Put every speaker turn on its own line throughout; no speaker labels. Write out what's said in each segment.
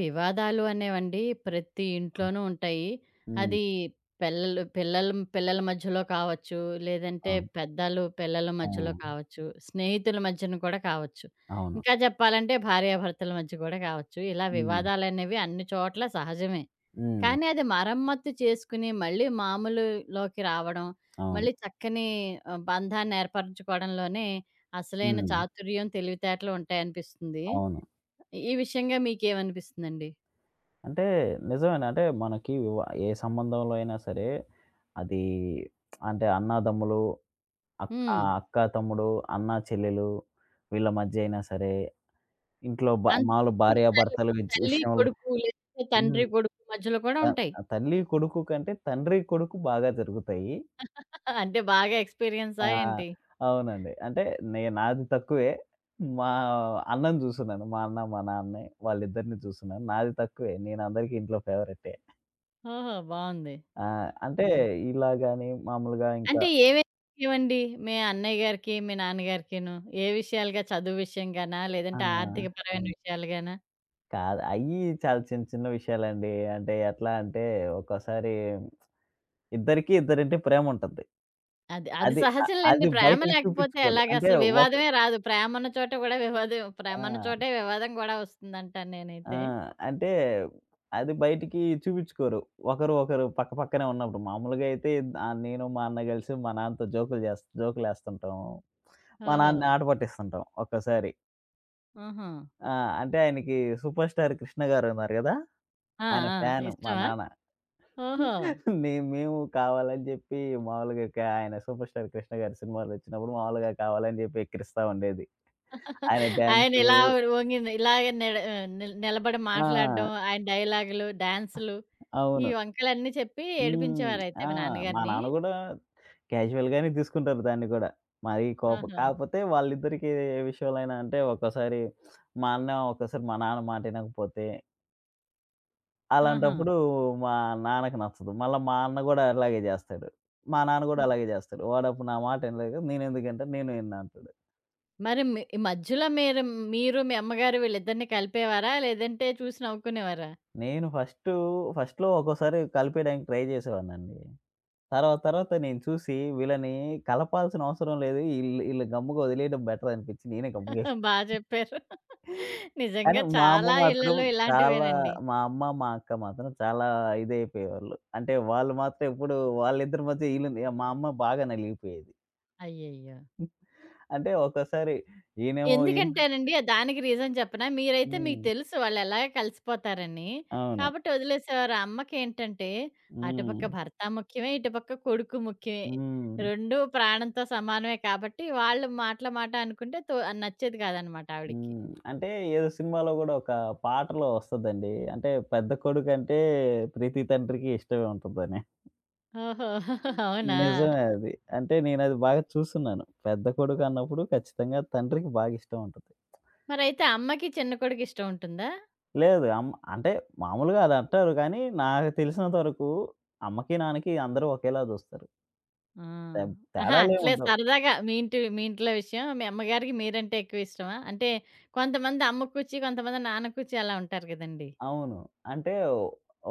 వివాదాలు అనేవండి ప్రతి
ఆ!
ఇంట్లోనూ ఉంటాయి.
హ్మ్.
అది పిల్లలు పిల్లలు పిల్లల మధ్యలో కావచ్చు, లేదంటే
అవును.
పెద్దలు పిల్లల
ఆ!
మధ్యలో కావచ్చు, స్నేహితుల మధ్యన కూడా కావచ్చు.
అవును.
ఇంకా చెప్పాలంటే భార్యాభర్తల మధ్య కూడా కావచ్చు. ఇలా
హ్మ్.
వివాదాలనేవి అన్ని చోట్ల సహజమే.
హ్మ్.
కానీ అది మరమ్మత్తు చేసుకుని మళ్ళీ మామూలులోకి రావడం,
అవును.
మళ్ళీ చక్కని బంధాన్ని ఏర్పరచుకోవడంలోనే అసలైన
హ్మ్.
చాతుర్యం, తెలివితేటలు ఉంటాయనిపిస్తుంది.
అవును.
ఈ విషయంగా మీకేమనిపిస్తుందండి?
అంటే నిజమేనండి. అంటే మనకి ఏ సంబంధంలో అయినా సరే అది అంటే అన్నాదమ్ములు, అక్ ఆ!
హ్మ్.
అక్క, తమ్ముడు, అన్న, చెల్లెలు వీళ్ళ మధ్య అయినా సరే, ఇంట్లో
అంత
మాములు భార్యాభర్తల
తల్లి
విషయంలో
కొడుకు లేదంటే
హ్మ్.
తండ్రి కొడుకు మధ్యలో కూడా
త
ఉంటాయి.
తల్లి, కొడుకు కంటే తండ్రి, కొడుకు బాగా జరుగుతాయి.
అంటే బాగా
ఆ!
ఎక్స్‌పీరియన్సా ఏంటి?
అవునండి. అంటే నాది తక్కువే. మా అన్నని చూసున్నాను. మా అన్న, మా నాన్నే వాళ్ళిద్దరిని చూసున్నాను. నాది తక్కువే. నేను అందరికీ ఇంట్లో ఫేవరెటే.
ఓహో, బావుంది.
ఆ! అంటే
హ్మ్.
ఇలా గాని మామూలుగా ఇంకా
అంటే ఏవే ఇవండి? మీ అన్నయ్య గారికి, మీ నాన్నగారికిను ఏ విషయాలుగా? చదువు విషయంగానా?
ఆ!
లేదంటే ఆర్థికపరమైన విషయాలుగానా?
కాదు. అయ్యి చాలా చిన్న చిన్న విషయాలండి. అంటే ఎట్లా అంటే ఒక్కోసారి ఇద్దరికీ ఇద్దరంటే ప్రేముంటది.
అది అది
అది అ
సహజంలేండి.
అది
ప్రేమ
బయటకి
లేకపోతే
చూపించుకోరు.
ఎలాగ
అంటే
అసలు
ఒక
వివాదమే రాదు.
ఆ!
ప్రేమన్న చోటే వివాదం కూడా వస్తుందంటాను
ఆ!
నేనైతే.
అంటే అది బయటికి చూపించుకోరు. ఒకరు ఒకరు పక్క పక్కనే ఉన్నప్పుడు. మామూలుగా అయితే ఆహ్, నేను మా అన్న కలిసి మా నాన్నతో జోకులు చేస్ జోకులేస్తుంటాం. మా
ఓహో!
నాన్నని ఆట పట్టిస్తుంటాం ఒక్కోసారి.
ఆహా!
ఆ! అంటే ఆయనకి సూపర్ స్టార్ 'కృష్ణ' గారు ఉన్నారు కదా!
ఆ!
ఆయన
ఆ!
ఫ్యాను మా
ఇష్టమా?
నాన్న.
ఓహో!
మేము కావాలని చెప్పి మామూలుగా ఆయన సూపర్ స్టార్ 'కృష్ణ' గారి సినిమాలొచ్చినప్పుడు మామూలుగా కావాలని చెప్పి ఎక్కిరిస్తా ఉండేది. ఆయన
ఆయన
డాన్సులు
ఇలా వంగి ఇలాగే నిడ ఆహ్, నిల్ నిలబడి మాట్లాడడం,
ఆ!
ఆయన డైలాగులు, డాన్సులు, ఈ
అవును.
వంకలన్నీ చెప్పి
హ్మ్.
ఏడిపించేవారైతే
ఆ!
మీ
మా
నాన్నగారిని.
నాన్న గూడా క్యాజువల్‌గానే తీసుకుంటారు దాన్ని గూడా. మరీ కోపం
ఆహా!
కాకపోతే వాళ్ళిద్దరికీ ఏ విషయంలోనైనా అంటే ఒక్కోసారి మా అన్న ఒక్కోసారి మా నాన్న మాట ఇనకపోతే,
ఆహా!
అలాంటప్పుడు మా నాన్నకి నచ్చదు. మళ్ళా మా అన్న గూడా అలాగే జేస్తాడు. మా నాన్న గూడా
హ్మ్.
అలాగే జేస్తాడు. వాడప్పుడు నా మాట ఇనలేదు కదా! నేనెందుకింటా నేను ఇనను అంటాడు.
మరి మీ ఈ మధ్యలో మీరు మీరు మీ అమ్మగారు వీళ్ళిద్దరిని కలిపేవారా? లేదంటే చూసి నవ్వుకునేవారా?
నేను ఫస్టు ఫస్ట్‌లో ఒక్కోసారి కలిపేయడానికి ట్రై జేసేవాడినండి. తర్వాత తర్వాత నేను చూసి వీళ్ళని కలపాల్సిన అవసరం లేదు. ఈళ్ళు ఈళ్ళు గమ్ముగా వదిలేయడం బెటర్ అనిపిచ్చి నేనే గమ్ముగా
బా చెప్పారు.
కానీ
నిజంగా
మా అమ్మ
చాలా
మాత్రం
ఇళ్లలో
చాలా
ఇలాంటివేనండి.
మా అమ్మ, మా అక్క మాత్రం చాలా ఇదైపోయేవాళ్ళు. అంటే వాళ్ళు మాత్రం ఎప్పుడు వాళ్ళిద్దరి మధ్య ఈళ్ళుంది. మా అమ్మ బాగా నలిగిపోయేది.
అయ్యయ్యో!
అంటే ఒక్కోసారి ఈయనేమో ఈ
ఎందుకంటేనండి దానికి రీజన్ చెప్పనా? మీరైతే మీకు
హ్మ్.
తెలుసు వాళ్ళెలాగ కలిసిపోతారని.
అవును.
కాబట్టి వదిలేసేవారు. ఆ అమ్మకేంటంటే
హ్మ్.
అటుపక్క భర్త ముఖ్యమే, ఇటుపక్క కొడుకు ముఖ్యమే.
హ్మ్.
2 ప్రాణంతో సమానమే కాబట్టి వాళ్ళు మాటల మాట అనుకుంటే తో నచ్చేది కాదనమాట ఆవిడకి.
హ్మ్. అంటే ఏదో సినిమాలో గూడా ఒక పాటలో వస్తదండి. అంటే పెద్ద కొడుకంటే ప్రతి తండ్రికి ఇష్టమే ఉంటుందని.
ఓహో! అవునా?
నిజమే అది. అంటే నేనది బాగా చూసున్నాను. పెద్ద కొడుకన్నప్పుడు ఖచ్చితంగా తండ్రికి బాగా ఇష్టం ఉంటది.
మరైతే అమ్మకి చిన్న కొడుకు ఇష్టం ఉంటుందా?
లేదు. అంటే మామూలుగా అదంటారు కానీ, నాకు తెలిసినంత వరకు అమ్మకి, నాన్నకి అందరూ ఒకేలా జూస్తారు.
ఆ!
తే
అహా! అంటలే
తేడాలేముండవు.
సరదాగా మీ ఇంటి మీ ఇంట్లో విషయం. మీ అమ్మగారికి మీరంటే ఎక్కువ ఇష్టమా? అంటే కొంతమంది అమ్మ కూచి, కొంతమంది నాన్న కూచి అలా ఉంటారు గదండీ!
అవును. అంటే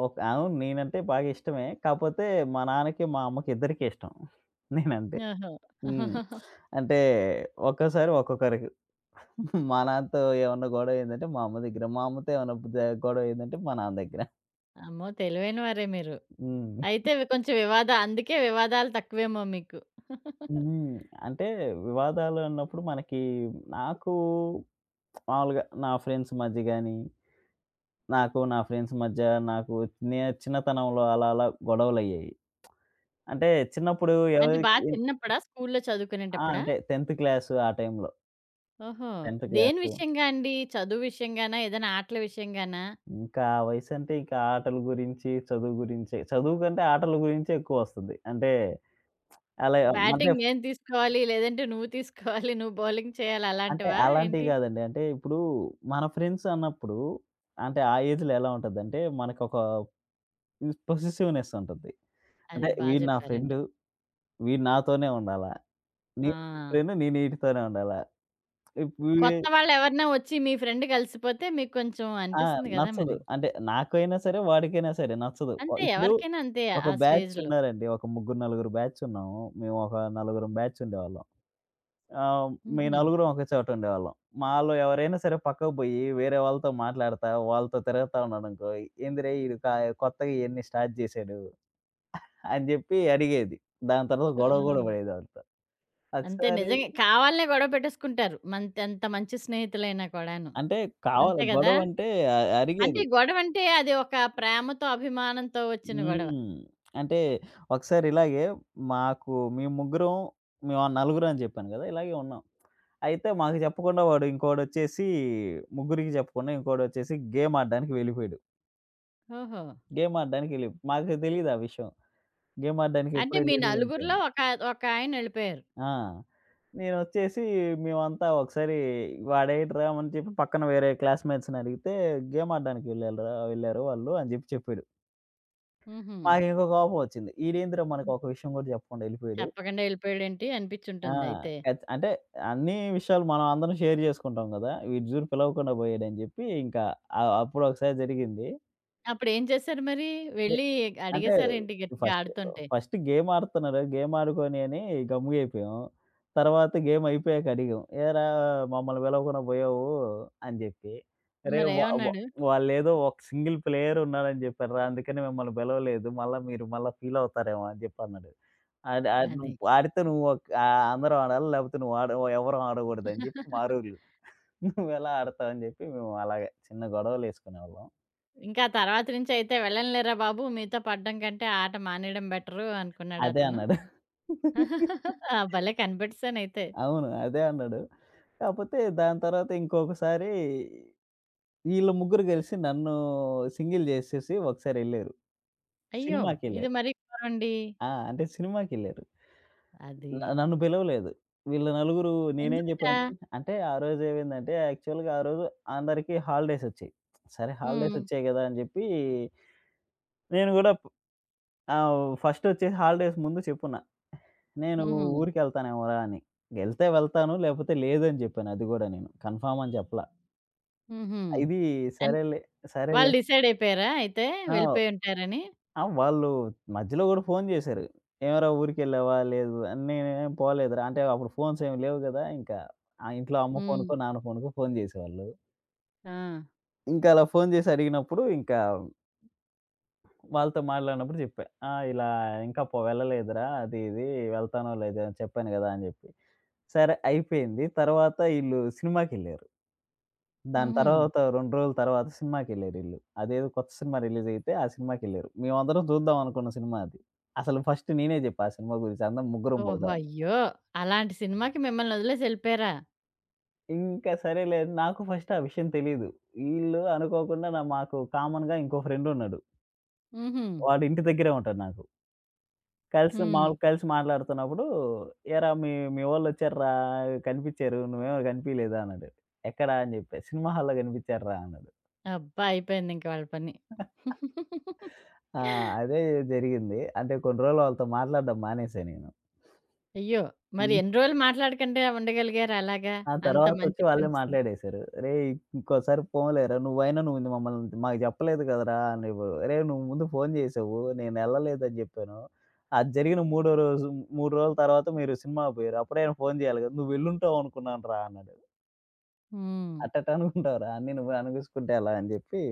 అవును. నేనంటే బాగా ఇష్టమే. కాపోతే మా నాన్నకి, మా అమ్మకి ఇద్దరికీ ఇష్టం నేనంటే.
ఓహో!
హ్మ్. అంటే ఒక్కోసారి ఒక్కొక్కరికి. మా నాన్నతో ఏమన్నా గొడవయిందంటే మా అమ్మ దగ్గర. మా అమ్మతో ఏమన్నా బ్ ద గొడవయిందంటే మా నాన్న దగ్గర.
అమ్మో, తెలివైనవారే మీరు.
హ్మ్.
అయితే కొంచెం అందుకే వివాదాలు తక్కువేమో మీకు.
హ్మ్. అంటే వివాదాలు అన్నప్పుడు మనకి నాకు మామూలుగా నా ఫ్రెండ్స్ మధ్య గాని, నాకు నా ఫ్రెండ్స్ మధ్య నాకు చిన్నతనంలో అలా అలా గొడవలయ్యాయి. అంటే చిన్నప్పుడు
అంటే బా
ఎవరికి
చిన్నప్పుడా? స్కూల్‌లో
ఆ!
చదువుకునేటప్పుడా?
అంటే 10th క్లాస్ ఆ టైంలో.
ఓహో!
10థ్
దేని
క్లాసు.
విషయంగా అండి? చదువు విషయంగానా? ఏదైనా ఆటల విషయంగానా?
ఇంకా ఆ వయసంటే ఇంకా ఆటల గురించి, చదువు గురించే. చదువు కంటే ఆటల గురించే ఎక్కువొస్తది. అంటే అలా అంటే,
బ్యాటింగ్ నేను తీసుకోవాలి, లేదంటే నువ్వు తీసుకోవాలి, నువ్వు బౌలింగ్ చేయాలి
అంటే
అలాంటివా
అలాంటివి
ఏంటి?
గాదండి. అంటే ఇప్పుడు మన ఫ్రెండ్స్ అన్నప్పుడు అంటే ఆ ఏజ్‌లో ఎలా ఉంటదంటే మనకొక పొసెసివ్‌నెస్ ఉంటది. అంటే
అది బా
వీడు నా ఫ్రెండు.
జెప్పారండి.
వీడు నాతోనే ఉండాలా.
ఆ!
నేను ఈడుతాను. నేను ఈడుతానే ఉండాలా. ఇప్పుడు
కొత్త వాళ్ళెవరన్నా వచ్చి మీ ఫ్రెండ్ కలిసిపోతే మీకు కొంచెం
ఆ!
అనిపిస్తుంది గదా
నచ్చదు.
మరి.
అంటే నాకైనా సరే, వాడికైనా సరే నచ్చదు. ఆహ్,
అంతే,
ఇప్పుడు
ఎవరికైనా అంతే.
ఒక
ఆ
బ్యాచ్
స్టేజ్‌లో.
ఉన్నారండి. ఒక ముగ్గురు, నలుగురు బ్యాచ్ ఉన్నాము. మేము ఒక నలుగురం బ్యాచ్ ఉండేవాళ్ళం. ఆహ్, మీ
హుహు.
నలుగురం ఒక చోట ఉండేవాళ్ళం. మాలో ఎవరైనా సరే పక్కకు బోయి వేరే వాళ్ళతో మాట్లాడతా, వాళ్ళతో తిరగతా ఉన్నాడనుకో, "ఏందిరే ఈడు కా కొత్తగా ఇయన్నీ స్టార్ట్ జేశాడు" అని జెప్పి అడిగేది. దాని తర్వాత
ఆ!
గొడవ గూడా పడేది ఆళ్ళతో.
అంతే
ఒకసారి
నిజంగా. కావాలనే గొడవ పెట్టేసుకుంటారు. ఎంత మంచి స్నేహితులైనా కూడాను.
అంటే కావాలి
అంతే గదా!
గొడవంటే
అంటే
అరిగేది.
గొడవంటే అది ఒక ప్రేమతో, అభిమానంతో వచ్చిన గొడవ.
హ్మ్. అంటే ఒకసారి ఇలాగే మాకు మేము ముగ్గురం మేము ఆ నలుగురం అని చెప్పాను గదా! ఇలాగే ఉన్నాం. అయితే మాకు చెప్పకుండా వాడు ఇంకోడొచ్చేసి ముగ్గురికి చెప్పకుండా ఇంకోడొచ్చేసి గేమ్ ఆడడానికి వెళ్ళిపోయాడు.
ఓహో!
గేమ్ ఆడడానికి వెళ్ళి మాకు తెలీదు ఆ విషయం. గేమ్ ఆడడానికి
అంటే మీ
ఎప్పుడెళ్ళాడు అంటే
నలుగురిలో
అని.
ఒకాయన ఎళ్ళిపోయారు.
ఆ! నేనొచ్చేసి మేమంతా ఒకసారి వాడేంట్రా అని చెప్పి పక్కన వేరే క్లాస్‌మేట్స్‌ని అడిగితే గేమ్ ఆడడానికి వెళ్ళాలిరా వెళ్ళారు వాళ్ళు అని జెప్పి చెప్పాడు.
హుహు.
మాకింక కోపం ఒచ్చింది. ఈడేందిరా మనకు
హ్మ్.
ఒక విషయం గూడా చెప్పకుండా ఎళ్ళిపోయాడు.
చెప్పకుండా ఎళ్ళిపోయాడేంటి
ఆ!
అనిపిచ్చుంటుందయితే.
అంటే అన్ని విషయాలు మనం అందరం షేర్ చేసుకుంటాం గదా! వీడు జూడు పిలవకుండా పోయాడని జెప్పి ఇంకా అప్పుడు ఒకసారి జరిగింది.
అప్పుడేం చేశారు మరి?
ఎ
వెళ్ళి
అంటే
అడిగేసారేంటి గట్టిగా
ఫస్ట్,
ఆడుతుంటే?
ఫస్ట్ గేమ్ ఆడుతున్నారు. గేమ్ ఆడుకొని అని గమ్ముగా అయిపోయాం. తర్వాత గేమ్ అయిపోయాక అడిగాం. "ఏరా మమ్మల్ని పిలవకుండా పోయావు" అని జెప్పి. "అరేయ్! వా వా
మరేమన్నాడు?
వాళ్ళేదో ఒక సింగిల్ ప్లేయర్ ఉన్నారని జెప్పారురా అందుకని మిమ్మల్ని పిలవలేదు. మళ్ళా మీరు మళ్ళా ఫీల్ అవుతారేమో" అని జెప్పి అన్నాడు. అది అది
అది.
నువ్వు ఆడితే నువ్వు ఆ! అందరం ఆడాలి. లేపోతే నువ్వు ఆడ ఎవరం ఆడకూడదని జెప్పి మా రూలు. నువ్వెలా ఆడతావు అని జెప్పి మేము అలాగే చిన్న గొడవలేసుకునేవాళ్ళం.
ఇంకా తర్వాత నుంచి అయితే వెళ్ళనులేరా బాబు! మీతో పడడం కంటే ఆట మానేయడం బెటరు అనుకున్నాడా
అదే
అతను?
అన్నాడు.
ఆ! భలే కనిపెట్టేసానయితే.
అవును. అదే అన్నాడు. కాపోతే దాని తర్వాత ఇంకొకసారి ఈళ్ళు ముగ్గురు గలిసి నన్ను సింగిల్ జేసేసి ఒకసారెళ్లారు.
అయ్యో! ఇది
సినిమాకెళ్లారు.
మరీ ఘోరమండి.
ఆ! అంటే సినిమాకెళ్లారు.
అది.
నన్ను పిలవలేదు. వీళ్ళు నలుగురు నేనేం
ఎందుకట?
చెప్పాను అంటే ఆ రోజు ఏమైందంటే యాక్చువల్‌గా ఆ రోజు అందరికీ హాలిడేస్ వచ్చాయి. సరే హాలిడేస్
హ్మ్.
వచ్చాయి కదా! అని చెప్పి నేను కూడా ఆహ్, ఫస్ట్ వచ్చేసి హాలిడేస్ ముందు చెప్పున్నా. నేను
హుహు.
ఊరికెళ్తానేమోరా అని. ఎళ్తే వెళ్తాను లేకపోతే లేదని చెప్పాను అది కూడా నేను. కన్ఫర్మ్ అని చెప్పలా.
హుహు.
ఇది
అన్
సరేలే,
వాళ్ళు
సరేలే
డిసైడ్ అయిపోయారా అయితే
ఆ!
వెళ్ళిపోయుంటారని?
ఆ! వాళ్ళు మధ్యలో గూడా ఫోను జేశారు. "ఏమిరా ఊరికెళ్ళావా?" "లేదు" అని, "నేనేం పోలేదురా" అంటే అప్పుడు ఫోన్స్ ఏమి లేవు గదా! ఇంకా ఆ ఇంట్లో అమ్మ
హ్మ్.
ఫోనుకో, నాన్న ఫోనుకో ఫోను జేసేవాళ్ళు.
ఆ!
ఇంకా అలా ఫోను జేసి అడిగినప్పుడు, ఇంకా వాళ్ళతో మాట్లాడినప్పుడు జెప్పా. "ఆ! ఇలా ఇంకా వెళ్ళలేదురా అది ఇది వెళ్తానో లేదో చెప్పాను గదా!" అని జెప్పి. సరే అయిపోయింది. తర్వాత ఈళ్ళు సినిమాకెళ్ళారు. దాని
హుహు.
తర్వాత 2 రోజుల తర్వాత సినిమాకెళ్లారీళ్ళు. అదేదో కొత్త సినిమా రిలీజయితే ఆ సినిమాకెళ్లారు. మేమందరం చూద్దాం అనుకున్న సినిమా అది. అసలు ఫస్ట్ నేనే జెప్పా ఆ సినిమా గురించి అందరం ముగ్గురం
ఓహో!
పోదామని.
అయ్యో! అలాంటి సినిమాకి మిమ్మల్ని వదిలేసి ఎళ్ళిపోయారా?
ఇంకా సరేలే అని నాకు ఫస్ట్ ఆ విషయం తెలీదు. ఈళ్ళు అనుకోకుండా మాకు కామన్‌గా ఇంకో ఫ్రెండున్నాడు.
హుహు.
వాడు ఇంటి దగ్గరే ఉంటాడు నాకు. కలిసి
హ్మ్.
మాములుగా కలిసి మాట్లాడుతున్నప్పుడు, "ఏరా మీ మీ వోళ్ళొచ్చార్రా కనిపిచ్చారు. నువ్వేమో గనిపియలేదా" అన్నాడు. "ఎక్కడ" అని జెప్పా. "సినిమా హాల్‌లో గనిపిచ్చార్రా" అన్నాడు.
అబ్బా! అయిపోయిందింక వాళ్ళ పని.
ఆ! అదే జరిగింది. అంటే కొన్ని రోజులు వాళ్ళతో మాట్లాడడం మానేశా నేను.
అయ్యో! మరి
హ్మ్.
ఎన్ని రోజులు మాట్లాడకుండా ఉండగలిగారు అలాగా?
ఆ
అంత
తర్వాతొచ్చి
మంచి
వాళ్ళే
ఫ్రెండ్స్.
మాట్లాడేశారు. "రేయ్! ఇంకోసారి పోన్లేరా నువ్వైనా నువ్వు ఇది మమ్మల్ని మాకు చెప్పలేదు కదరా" అని. "రేయ్! నువ్వు ముందు ఫోను చేసావు. నేనెళ్ళలేదని చెప్పాను. అది జరిగిన మూడో రోజు 3 రోజుల తర్వాత మీరు సినిమాకి పోయారు. అప్పుడైనా ఫోను చేయాలి కదా! నువ్వెళ్ళుంటావు అనుకున్నానురా" అన్నాడు.
హ్మ్.
"అట్టెట్ట అనుకుంటావురా అన్నీ నువ్వే అనిపించుకుంటే ఎలా" అని చెప్పి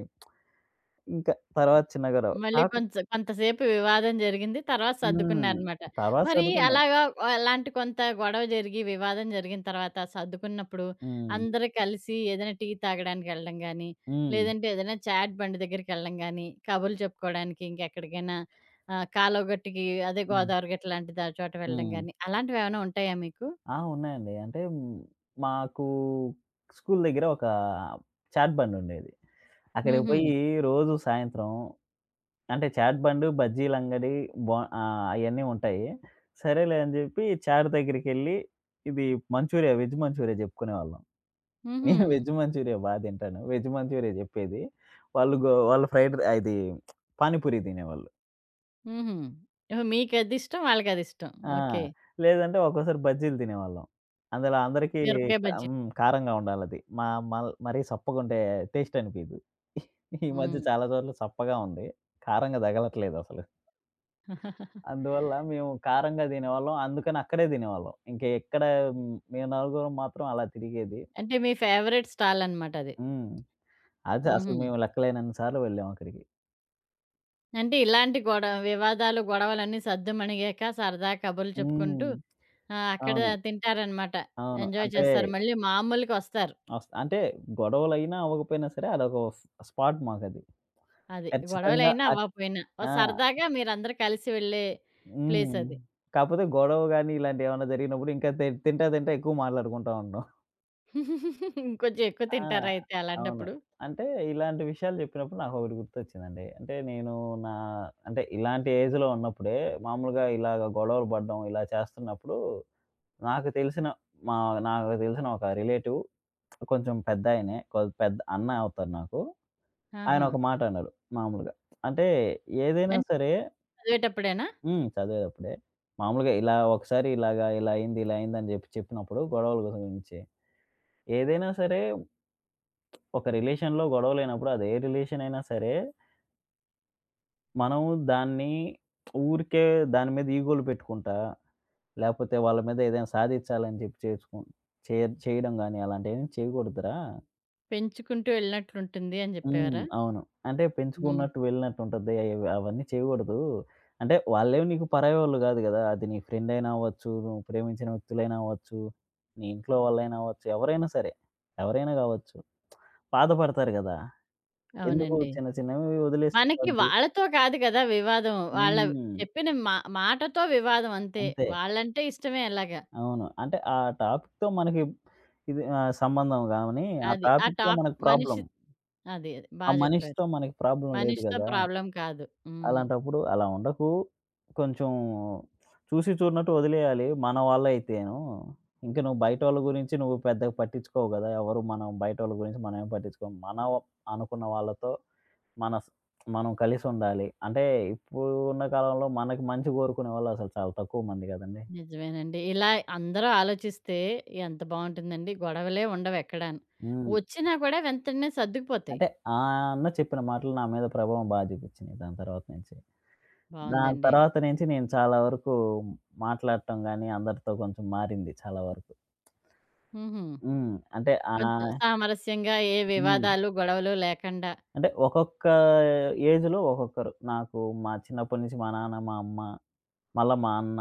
ఇంకా తర్వాత చిన్నగా
మళ్ళీ
కాకు
కొంచెం కొంతసేపు వివాదం జరిగింది. తర్వాత
హ్మ్.
సర్దుకున్నారనమాట.
తర్వాత
మరి
చదువుకున్నా.
అలాగా అలాంటి కొంత గొడవ జరిగి, వివాదం జరిగిన తర్వాత సర్దుకున్నప్పుడు
హ్మ్.
అందరూ కలిసి ఏదైనా టీ తాగడానికెళ్ళడం గానీ,
హ్మ్.
లేదంటే ఏదైనా చాట్ బండి దగ్గరికెళ్ళడం గానీ, కబుర్లు చెప్పుకోవడానికి ఇంకెక్కడికైనా కాలువ గట్టుకి, అదే
హ్మ్.
గోదావరి గట్టు లాంటి చోట వెళ్ళడం
హ్మ్.
గానీ, అలాంటివేమైనా ఉంటాయా మీకు?
ఆ! ఉన్నాయండి. అంటే హ్మ్, మాకు స్కూల్ దగ్గర ఒక చాట్ బండి ఉండేది. అక్కడికి ఓకే.
హుహు.
పోయి రోజు సాయంత్రం అంటే చాట్ బండు, బజ్జీలంగడి ఆహ్, అయన్నీ ఉంటాయి. సరేలే అని జెప్పి చాట్ దగ్గరికెళ్ళి ఇది మంచూరియా, వెజ్ మంచూరియా జెప్పుకునేవాళ్ళం.
హుహు.
నేను వెజ్ మంచూరియా బా తింటాను. వెజ్ మంచూరియా జెప్పేది. వాళ్ళు ఫ్రైడ్ ర్ ఇది పానీపూరి తినేవాళ్ళు.
హుహు. ఓహో! మీకదిష్టం. వాళ్ళకదిష్టం.
ఆ!
ఓకే.
లేదంటే ఒక్కోసారి బజ్జీలు తినేవాళ్ళం. అందులో అందరికీ హ్మ్.
మిరపకాయ
క
బజ్జీ.
హ్మ్. కారంగా ఉండాలది. మా మరీ సప్పగుంటే టేస్ట్ అనిపియదు. ఈ మధ్య
హ్మ్.
చాలా చోట్ల సప్పగా ఉంది. కారంగా తగలట్లేదసలు. అందువల్ల మేము కారంగా తినేవాళ్ళం. అందుకని అక్కడే తినేవాళ్ళం. ఇంక ఎక్కడ హ్మ్, మేము నలుగురం మాత్రం అలా తిరిగేది.
అంటే మీ ఫేవరెట్ స్టాల్ అన్నమాట అది.
హ్మ్. అదే అసలు
హుహు.
మేము లెక్కలేనన్ని సార్లు వెళ్ళాం అక్కడికి.
అంటే ఇలాంటి వివాదాలు, గొడవలన్నీ సద్దుమణిగాక సరదా కబుర్లు చెప్పుకుంటూ
హ్మ్.
అక్కడ
అవును.
తింటారనమాట.
అవును.
ఎంజాయ్
అంటే
చేస్తారు. మళ్ళీ మామూలుకొస్తారు.
అంటే గొడవలైనా అవ్వకపోయినా సరే అదొక స్పాట్ మాకది.
అది.
ఖచ్చితంగా
గొడవలైనా, అవ్వకపోయినా. ఓ
ఆ!
సరదాగా మీరందరూ కలిసి వెళ్ళే ప్లేస్
హ్మ్.
అది.
కాపోతే గొడవ గాని, ఇలాంటియేమన్నా జరిగినప్పుడు ఇంకా తింటా, తింటా ఎక్కువ మాట్లాడుకుంటా ఉంటాం.
ఇంకొంచెం ఎక్కువ
ఆ!
తింటారా అయితే
అవును.
అలాంటప్పుడు?
అంటే ఇలాంటి విషయాలు చెప్పినప్పుడు నాకొకటి గుర్తొచ్చిందండి. అంటే నేను నా అంటే ఇలాంటి ఏజ్‌లో ఉన్నప్పుడే మామూలుగా ఇలాగ గొడవలు పడడం, ఇలా చేస్తున్నప్పుడు నాకు తెలిసిన మా నాకు తెలిసిన ఒక రిలేటివ్ కొంచెం పెద్దాయనే. పెద్ద అన్న అవుతారు నాకు. ఆయన
ఆహా!
ఒక మాట అన్నారు మామూలుగా. అంటే ఏదైనా
అంటే
సరే
చదివేటప్పుడేనా?
హ్మ్. చదివేదప్పుడే. మామూలుగా ఇలా ఒకసారి ఇలాగా ఇలా అయింది, ఇలా అయింది అని జెప్పి చెప్పినప్పుడు గొడవల గురించి. ఏదైనా సరే ఒక రిలేషన్‌లో గొడవలైనప్పుడు అది ఏ రిలేషన్ అయినా సరే, మనం దాన్ని ఊరికే దాని మీద ఈగోలు పెట్టుకుంటా, లేపోతే వాళ్ళ మీద ఏదైనా సాధిచ్చాలని జెప్పి చేసుకుం చే చేయడం గానీ అలాంటియేమి చేయకూడదురా!
పెంచుకుంటూ వెళ్ళినట్లుంటుంది అని
హ్మ్.
జెప్పేవారా?
అవును. అంటే
హ్మ్.
పెంచుకున్నట్టు వెళ్ళినట్టుంటది. అయవి అవన్నీ చేయకూడదు. అంటే వాళ్ళేమి నీకు పరాయోళ్ళు గాదు గదా! అది నీ ఫ్రెండయినా అవ్వచ్చు, నువ్వు ప్రేమించిన వ్యక్తులైనా అవ్వచ్చు, నీ ఇంట్లో వాళ్ళైనా అవ్వచ్చు, ఎవరైనా సరే. ఎవరైనా గావచ్చు. బాధపడతారు గదా! ఎందుకు
అవునండి.
చిన్న చిన్నవి వదిలేస్తే
మనకి
పోద్ది.
వాళ్ళతో కాదు కదా వివాదం. వాళ్ళ
హ్మ్.
చెప్పిన మా మాటతో వివాదం అంతే.
అంతే.
వాళ్ళంటే ఇష్టమే ఎలాగా.
అవును. అంటే ఆ టాపిక్‌తో మనకి ఇది ఆహ్, సంబంధం గాని, ఆ
అది. ఆ
టాపిక్‌తో
టాప్
మనకు
మనిషి
ప్రాబ్లమ్.
అది. అది. బా
ఆ
చెప్పారు.
మనిషితో మనకి ప్రాబ్లమ్ లేదు
మనిషితో
గదా!
ప్రాబ్లమ్ కాదు. హ్మ్.
అలాంటప్పుడు అలా ఉండకు. కొంచెం చూసి చూడనట్టు వదిలేయాలి. మన వాళ్ళయితేను. ఇంక నువ్వు బయటోళ్ళ గురించి నువ్వు పెద్దగా పట్టించుకోవు గదా! ఎవరు మనం బయటోళ్ళ గురించి మనమేం పట్టించుకోము. మనం అనుకున్న వాళ్ళతో మన స్ మనం కలిసుండాలి. అంటే ఇప్పుడు ఉన్న కాలంలో మనకి మంచి కోరుకునే వాళ్ళు అసలు చాలా తక్కువ మంది గదండీ!
నిజమేనండి. ఇలా అందరూ ఆలోచిస్తే ఎంత బావుంటుందండి. గొడవలే ఉండవెక్కడాను.
హ్మ్.
వచ్చినా కూడా వెంటనే సర్దుకుపోతాయి.
అంటే ఆ అన్న చెప్పిన మాటలు నా మీద ప్రభావం బా చూపిచ్చినియి దాని తర్వాత నుంచి. దాని
బావుందండి.
తర్వాత నుంచి నేను చాలా వరకు మాట్లాడటం గాని అందరితో కొంచెం మారింది చాలా వరకు.
హుహు.
హ్మ్. అంటే
కొంచెం
ఆహ్,
సామరస్యంగా ఏ
హ్మ్.
వివాదాలు, గొడవలు లేకుండా.
అంటే ఒక్కొక్క ఏజ్‌లో ఒక్కొక్కరు. నాకు మా చిన్నప్పటి నుంచి మా నాన్న, మా అమ్మ, మళ్ళా మా అన్న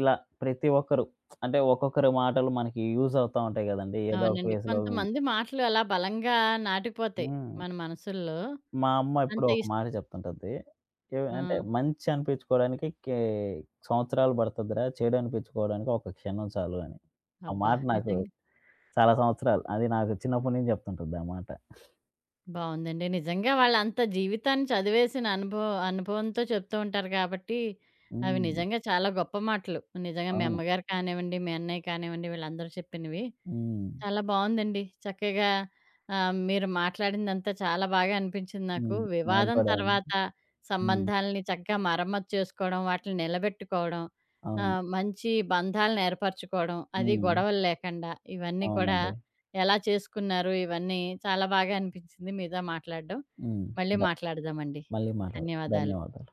ఇలా ప్రతి ఒక్కరు అంటే ఒక్కొక్కరి మాటలు మనకి యూజ్ అవుతా ఉంటాయి గదండీ! ఏదో ఒక
అవునండి.
ఫేజ్‌లో
కొంతమంది మాటలు అలా బలంగా నాటిపోతాయి
హ్మ్.
మన మనసుల్లో.
మా అమ్మ ఎప్పుడూ
అంత
ఒక
ఇస్
మాట చెప్తుంటది.
ఆ!
అంటే మంచి అనిపించుకోవడానికి సంవత్సరాలు పడతదిరా! చెడు అనిపించుకోవడానికి ఒక క్షణం చాలు అని. ఆ
అబ్బా!
మాట నాకు
నిజంగా.
చాలా సంవత్సరాలు అది నాకు చిన్నప్పటి నుంచి చెప్తుంటది ఆ మాట.
బావుందండి. నిజంగా వాళ్ళంత జీవితాన్ని చదివేసిన అనుభవంతో చెప్తూ ఉంటారు కాబట్టి, అవి
హ్మ్.
నిజంగా చాలా గొప్ప మాటలు. నిజంగా మీ
అవును.
అమ్మగారు కానివ్వండి, మీ అన్నయ్య కానివ్వండి వీళ్ళందరూ చెప్పినవి.
హ్మ్.
చాలా బావుందండి. చక్కగా మీరు మాట్లాడిందంతా చాలా బాగా అనిపించింది నాకు.
హ్మ్. నాకు
వివాదం
కూడా అండి.
తర్వాత
హ్మ్.
సంబంధాలని చక్కగా మరమ్మతు చేసుకోవడం, వాటిని నిలబెట్టుకోవడం,
అవును.
మంచి బంధాలను ఏర్పరచుకోవడం, అది
హ్మ్.
గొడవలు లేకుండా ఇవన్నీ కూడా
అవునండి.
ఎలా చేసుకున్నారు? ఇవన్నీ చాలా బాగా అనిపించింది మీతో మాట్లాడడం.
హ్మ్.
మళ్ళీ
ద
మాట్లాడదామండి.
మళ్ళీ మాట్లాడదాం.
ధన్యవాదాలు.
ధన్యవాదాలు.